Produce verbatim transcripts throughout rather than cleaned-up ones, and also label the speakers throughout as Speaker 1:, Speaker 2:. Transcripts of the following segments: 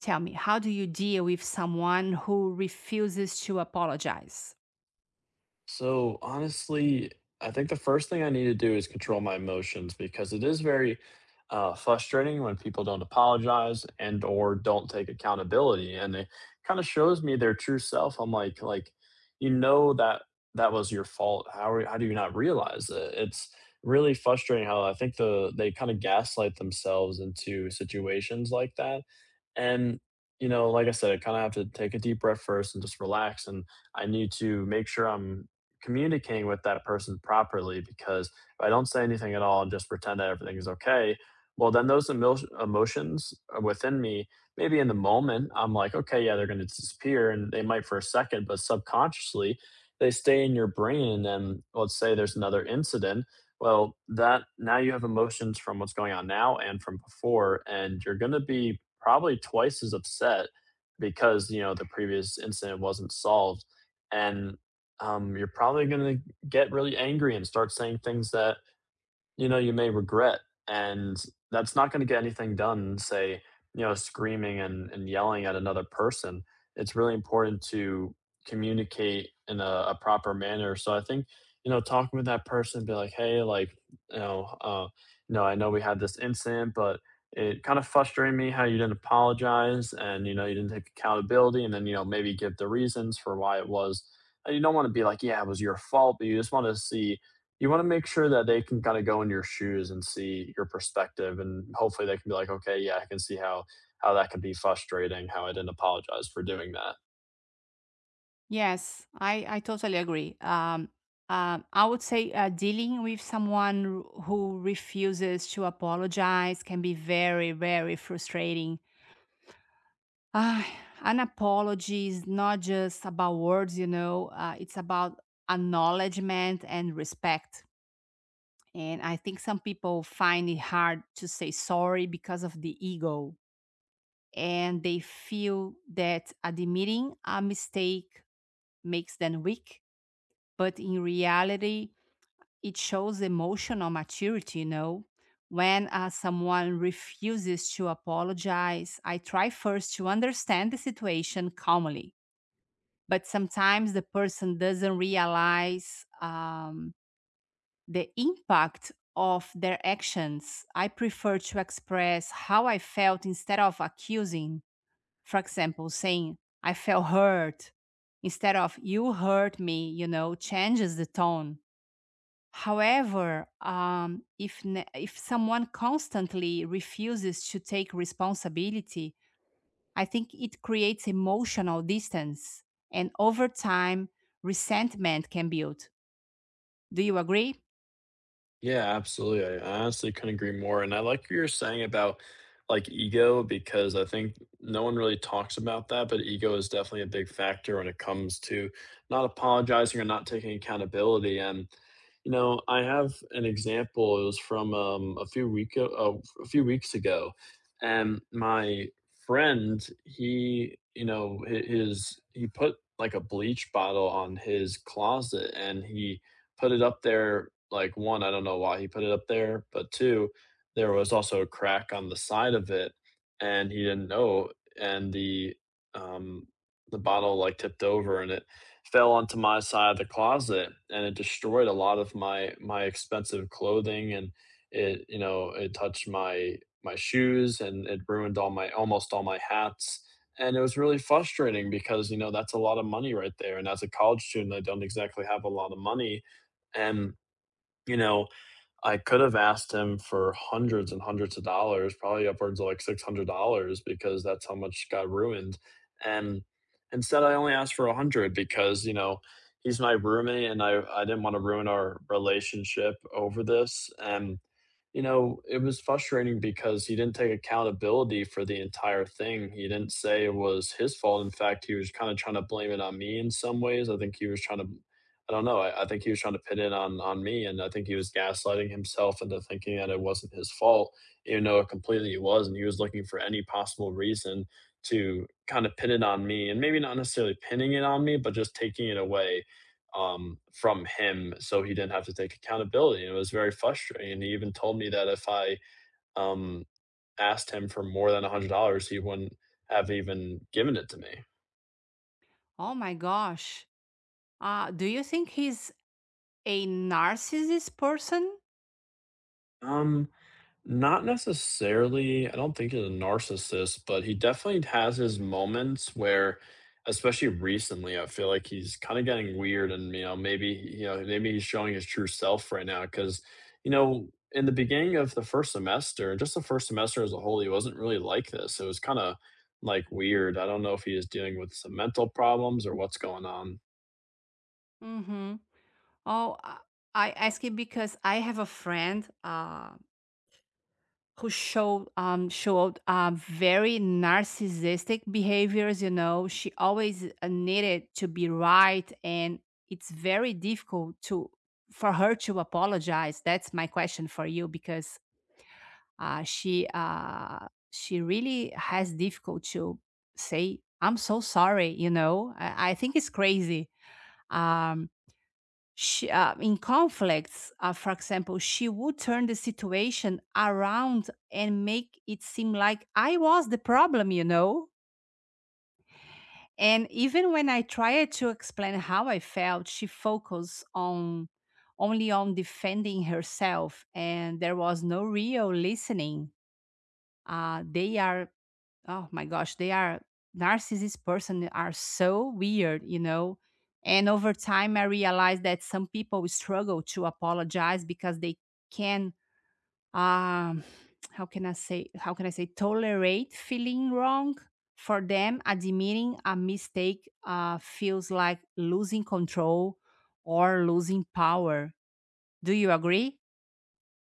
Speaker 1: Tell me, how do you deal with someone who refuses to apologize?
Speaker 2: So honestly, I think the first thing I need to do is control my emotions because it is very uh, frustrating when people don't apologize and or don't take accountability, and it kind of shows me their true self. I'm like, like you know that that was your fault. How are, how do you not realize it? It's really frustrating how I think the they kind of gaslight themselves into situations like that, and you know, like I said, I kind of have to take a deep breath first and just relax, and I need to make sure I'm communicating with that person properly because if I don't say anything at all and just pretend that everything is okay, well, then those emil- emotions uh, within me, maybe in the moment, I'm like, okay, yeah, they're going to disappear. And they might for a second, but subconsciously, they stay in your brain. And then let's say there's another incident. Well, that now you have emotions from what's going on now and from before. And you're going to be probably twice as upset because, you know, the previous incident wasn't solved. And um, You're probably going to get really angry and start saying things that you know, you may regret. And that's not going to get anything done, say, you know, screaming and, and yelling at another person. It's really important to communicate in a, a proper manner. So I think, you know, talking with that person, be like, hey, like, you know, uh, you know, I know we had this incident, but it kind of frustrated me how you didn't apologize and, you know, you didn't take accountability, and then, you know, maybe give the reasons for why it was. And you don't want to be like, yeah, it was your fault, but you just want to see you want to make sure that they can kind of go in your shoes and see your perspective, and hopefully they can be like, okay, yeah, I can see how how that could be frustrating how I didn't apologize for doing that.
Speaker 1: Yes, I, I totally agree. Um, uh, I would say uh, dealing with someone who refuses to apologize can be very, very frustrating. Ah, an apology is not just about words, you know, uh, it's about acknowledgement and respect. And I think some people find it hard to say sorry because of the ego, and they feel that admitting a mistake makes them weak. But in reality, it shows emotional maturity, you know. When uh, someone refuses to apologize, I try first to understand the situation calmly. But sometimes the person doesn't realize um, the impact of their actions. I prefer to express how I felt instead of accusing, for example, saying I felt hurt instead of you hurt me, you know, changes the tone. However, um, if ne- if someone constantly refuses to take responsibility, I think it creates emotional distance, and over time, resentment can build. Do you agree?
Speaker 2: Yeah, absolutely. I honestly couldn't agree more. And I like what you're saying about like ego, because I think no one really talks about that, but ego is definitely a big factor when it comes to not apologizing or not taking accountability. And you know, I have an example. It was from um, a few week a, a few weeks ago, and my friend, he, you know, hi- his he put like a bleach bottle on his closet, and he put it up there, like, one, I don't know why he put it up there, but two, there was also a crack on the side of it, and he didn't know, and the, um the bottle, like, tipped over, and it fell onto my side of the closet, and it destroyed a lot of my my expensive clothing, and it you know, it touched my my shoes, and it ruined all my almost all my hats, and it was really frustrating because, you know, that's a lot of money right there, and as a college student, I don't exactly have a lot of money and, you know, I could have asked him for hundreds and hundreds of dollars, probably upwards of like six hundred dollars because that's how much got ruined. And instead, I only asked for one hundred because, you know, he's my roommate and I, I didn't want to ruin our relationship over this. And you know, it was frustrating because he didn't take accountability for the entire thing. He didn't say it was his fault. In fact, he was kind of trying to blame it on me in some ways. I think he was trying to, I don't know, I, I think he was trying to pin it on on me, and I think he was gaslighting himself into thinking that it wasn't his fault, even though it completely was, and he was looking for any possible reason to kind of pin it on me, and maybe not necessarily pinning it on me, but just taking it away um, from him so he didn't have to take accountability. And it was very frustrating. And he even told me that if I um, asked him for more than one hundred dollars he wouldn't have even given it to me.
Speaker 1: Oh my gosh! Uh, do you think he's a narcissist person?
Speaker 2: Um, Not necessarily. I don't think he's a narcissist, but he definitely has his moments where, especially recently, I feel like he's kind of getting weird, and you know, maybe you know, maybe he's showing his true self right now. Because you know, in the beginning of the first semester, just the first semester as a whole, he wasn't really like this. It was kind of like weird. I don't know if he is dealing with some mental problems or what's going on.
Speaker 1: Mm-hmm. Oh, uh, I ask it because I have a friend uh, who showed um, showed uh, very narcissistic behaviors. You know, she always uh, needed to be right, and it's very difficult to, for her to apologize. That's my question for you because uh, she uh, she really has difficult to say I'm so sorry. You know, I, I think it's crazy. Um, she, uh, in conflicts, uh, for example, she would turn the situation around and make it seem like I was the problem, you know? And even when I tried to explain how I felt, she focused on, only on defending herself, and there was no real listening. Uh, they are, oh my gosh, they are narcissist person are so weird, you know. And over time, I realized that some people struggle to apologize because they can, um, how can I say, how can I say, tolerate feeling wrong. For them, admitting a mistake uh, feels like losing control or losing power. Do you agree?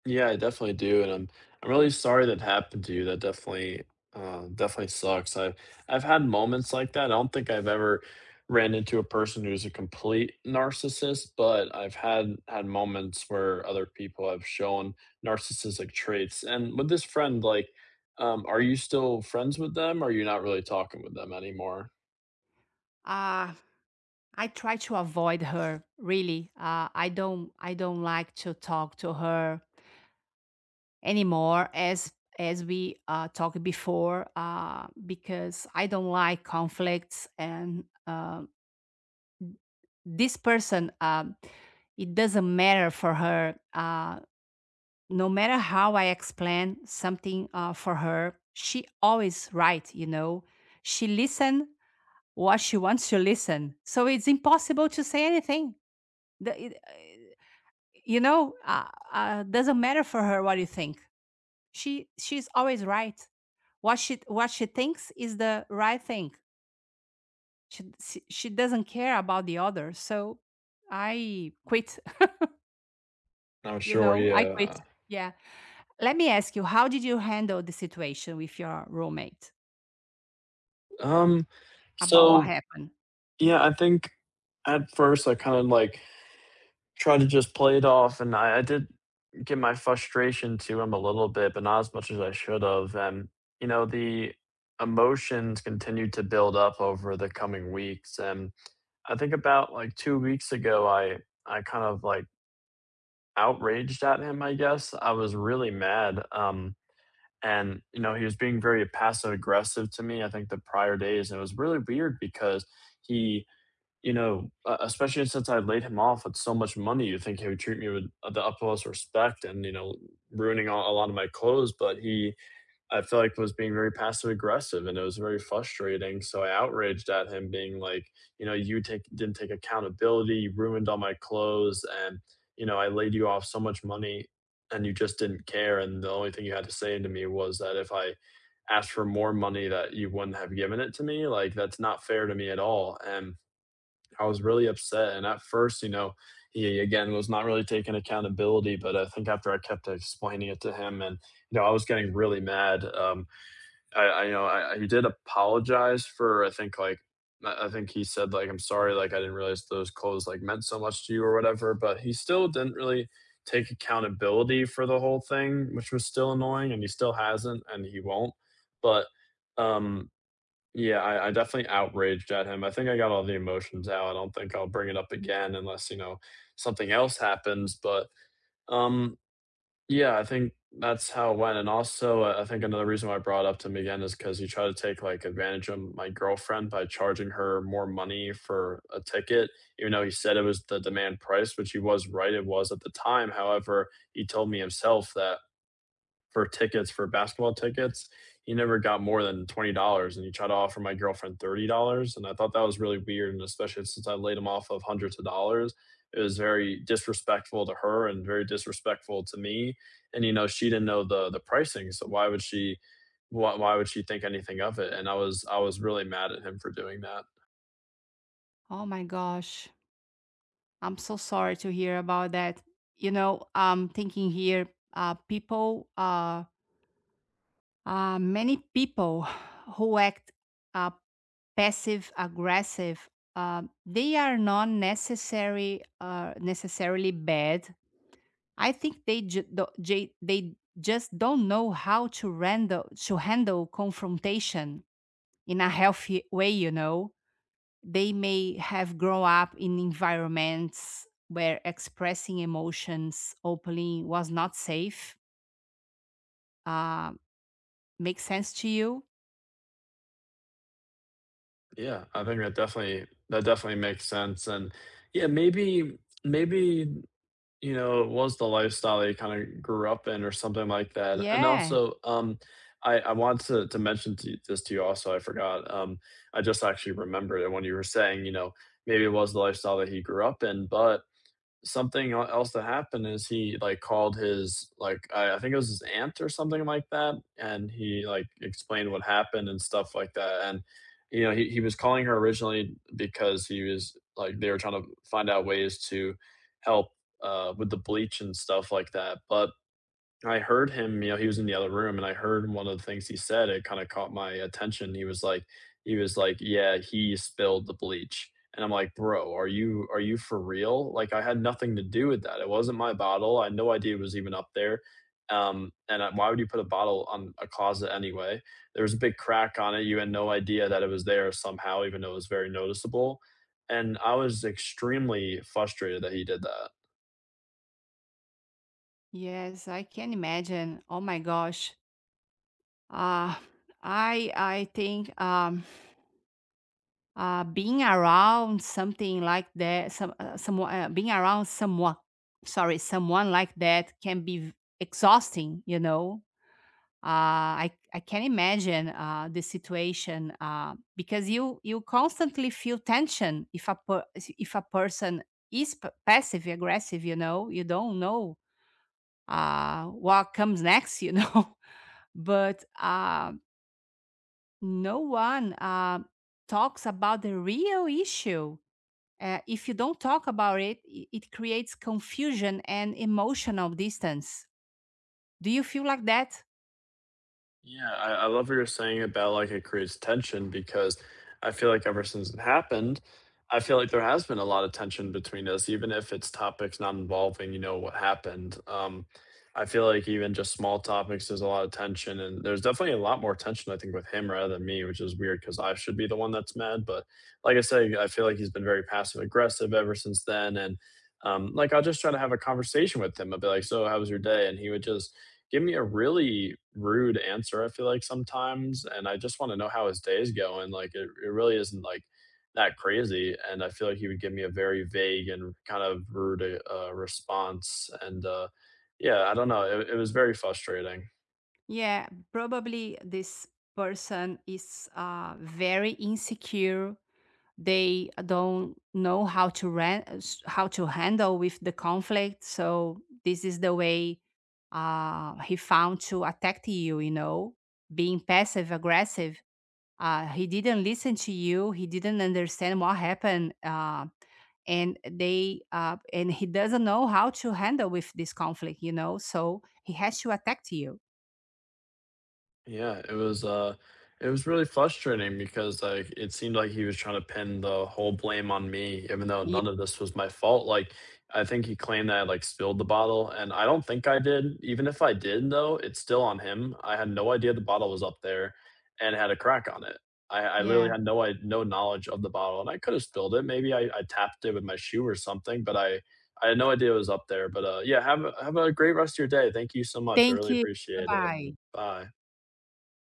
Speaker 2: Yeah, I definitely do, and I'm I'm really sorry that happened to you. That definitely, uh, definitely sucks. I've I've had moments like that. I don't think I've ever ran into a person who's a complete narcissist, but I've had had moments where other people have shown narcissistic traits. And with this friend, like, um, are you still friends with them? Or are you not really talking with them anymore?
Speaker 1: Uh, I try to avoid her. Really, uh, I don't. I don't like to talk to her anymore as as we uh, talked before uh, because I don't like conflicts, and uh, this person, um, it doesn't matter for her, uh, no matter how I explain something, uh, for her she always right, you know. She listen what she wants to listen, so it's impossible to say anything. the, it, uh, you know, uh, uh, doesn't matter for her what you think. She, she's always right. What she what she thinks is the right thing. She she she doesn't care about the others. So I quit,
Speaker 2: I'm
Speaker 1: you
Speaker 2: sure,
Speaker 1: know, I quit.
Speaker 2: yeah.
Speaker 1: Yeah. Let me ask you, how did you handle the situation with your roommate
Speaker 2: Um,
Speaker 1: about what
Speaker 2: so
Speaker 1: happened?
Speaker 2: yeah, I think at first I kind of like try to just play it off, and I, I did get my frustration to him a little bit, but not as much as I should have. And you know, the emotions continued to build up over the coming weeks, and I think about like two weeks ago, I I kind of like outraged at him. I guess I was really mad. Um, and you know, he was being very passive aggressive to me, I think, the prior days, and it was really weird because he you know, uh, especially since I laid him off with so much money, you think he would treat me with uh, the utmost respect and, you know, ruining a a lot of my clothes, but he, I feel like, was being very passive aggressive, and it was very frustrating, so I outraged at him being like, "You know, you take didn't take accountability, you ruined all my clothes, and, you know, I laid you off so much money, and you just didn't care, and the only thing you had to say to me was that if I asked for more money that you wouldn't have given it to me, like, that's not fair to me at all." And I was really upset. And at first, you know, he again was not really taking accountability. But I think after I kept explaining it to him, and you know, I was getting really mad. Um, I, I you know I, he did apologize for I think like I I think he said like I'm sorry, like I didn't realize those clothes like meant so much to you or whatever. But he still didn't really take accountability for the whole thing, which was still annoying, and he still hasn't, and he won't. But um yeah, I, I definitely outraged at him. I think I got all the emotions out. I don't think I'll bring it up again unless, you know, something else happens. But um yeah, I think that's how it went. And also I I think another reason why I brought it up to him again is because he tried to take like advantage of my girlfriend by charging her more money for a ticket, even though he said it was the demand price, which he was right, it was at the time. However, he told me himself that for tickets for basketball tickets, he never got more than twenty dollars, and he tried to offer my girlfriend thirty dollars, and I thought that was really weird, and especially since I laid him off of hundreds of dollars, it was very disrespectful to her and very disrespectful to me. And you know, she didn't know the the pricing, so why would she? Why, why would she think anything of it? And I was I was really mad at him for doing that.
Speaker 1: Oh my gosh. I'm so sorry to hear about that. You know, I'm thinking here, uh, people uh uh, many people who act uh, passive aggressive, uh, they are not necessary uh, necessarily bad. I think they ju- do- j- they just don't know how to handle to handle confrontation in a healthy way, you know. They may have grown up in environments where expressing emotions openly was not safe. uh, Makes sense to you?
Speaker 2: Yeah, I think that definitely that definitely makes sense. And yeah, maybe maybe you know, it was the lifestyle that you kinda grew up in or something like that, and
Speaker 1: Yeah.
Speaker 2: also, um, I I want to to mention to this to you also, I forgot, um, I just actually remembered it when you were saying, you know, maybe it was the lifestyle that he grew up in, but something el else that happened is he, like, called his, like, I I think it was his aunt or something like that, and he, like, explained what happened and stuff like that, and, you know, he he was calling her originally because he was like, they were trying to find out ways to help, uh, with the bleach and stuff like that, but I heard him, you know, he was in the other room, and I heard one of the things he said, it kinda caught my attention. He was like he was like, "Yeah, he spilled the bleach." And I'm like, "Bro, are you are you for real?" Like, I had nothing to do with that. It wasn't my bottle. I had no idea it was even up there. Um, and I why would you put a bottle on a closet anyway? There was a big crack on it. You had no idea that it was there somehow, even though it was very noticeable. And I was extremely frustrated that he did that.
Speaker 1: Yes, I can imagine. Oh my gosh. Uh, I I think um, uh, being around something like that, some uh, someone uh, being around someone, sorry, someone like that can be v- exhausting. You know, uh, I I can imagine uh, the situation uh, because you you constantly feel tension if a per if a person is p- passive aggressive. You know, you don't know uh, what comes next. You know. But uh, no one uh, talks about the real issue. Uh, if you don't talk about it, i- it creates confusion and emotional distance. Do you feel like that?
Speaker 2: Yeah, I, I love what you're saying about like it creates tension because I feel like ever since it happened, I feel like there has been a lot of tension between us, even if it's topics not involving, you know, what happened. Um, I feel like even just small topics, there's a lot of tension, and there's definitely a lot more tension, I think, with him rather than me, which is weird because I should be the one that's mad. But like I say, I feel like he's been very passive aggressive ever since then. And um, like I'll just try to have a conversation with him. I'll be like, so, how was your day? And he would just give me a really rude answer, I feel like sometimes, and I just wanna know how his day is going, like, it it really isn't, like, that crazy, and I feel like he would give me a very vague and kind of rude, uh, response, and, uh, yeah, I don't know, it it was very frustrating.
Speaker 1: Yeah, probably this person is uh, very insecure. They don't know how to ran- uh, s- how to handle with the conflict, so this is the way uh, he found to attack you, you know, being passive aggressive. Uh, he didn't listen to you, he didn't understand what happened, uh, and they uh, and he doesn't know how to handle with this conflict, you know, so he has to attack you.
Speaker 2: Yeah, it was uh it was really frustrating because like it seemed like he was trying to pin the whole blame on me, even though
Speaker 1: Yeah.
Speaker 2: none of this was my fault. Like I think he claimed that I like spilled the bottle, and I don't think I did. Even if I did though, it's still on him. I had no idea the bottle was up there and had a crack on it. I, I literally
Speaker 1: Yeah,
Speaker 2: had no I no knowledge of the bottle and I could have spilled it. Maybe I, I tapped it with my shoe or something, but I I had no idea it was up there. But uh yeah, have a have a great rest of your day. Thank you so much. I
Speaker 1: thank
Speaker 2: really
Speaker 1: you. Bye
Speaker 2: appreciate it.
Speaker 1: bye.
Speaker 2: Bye.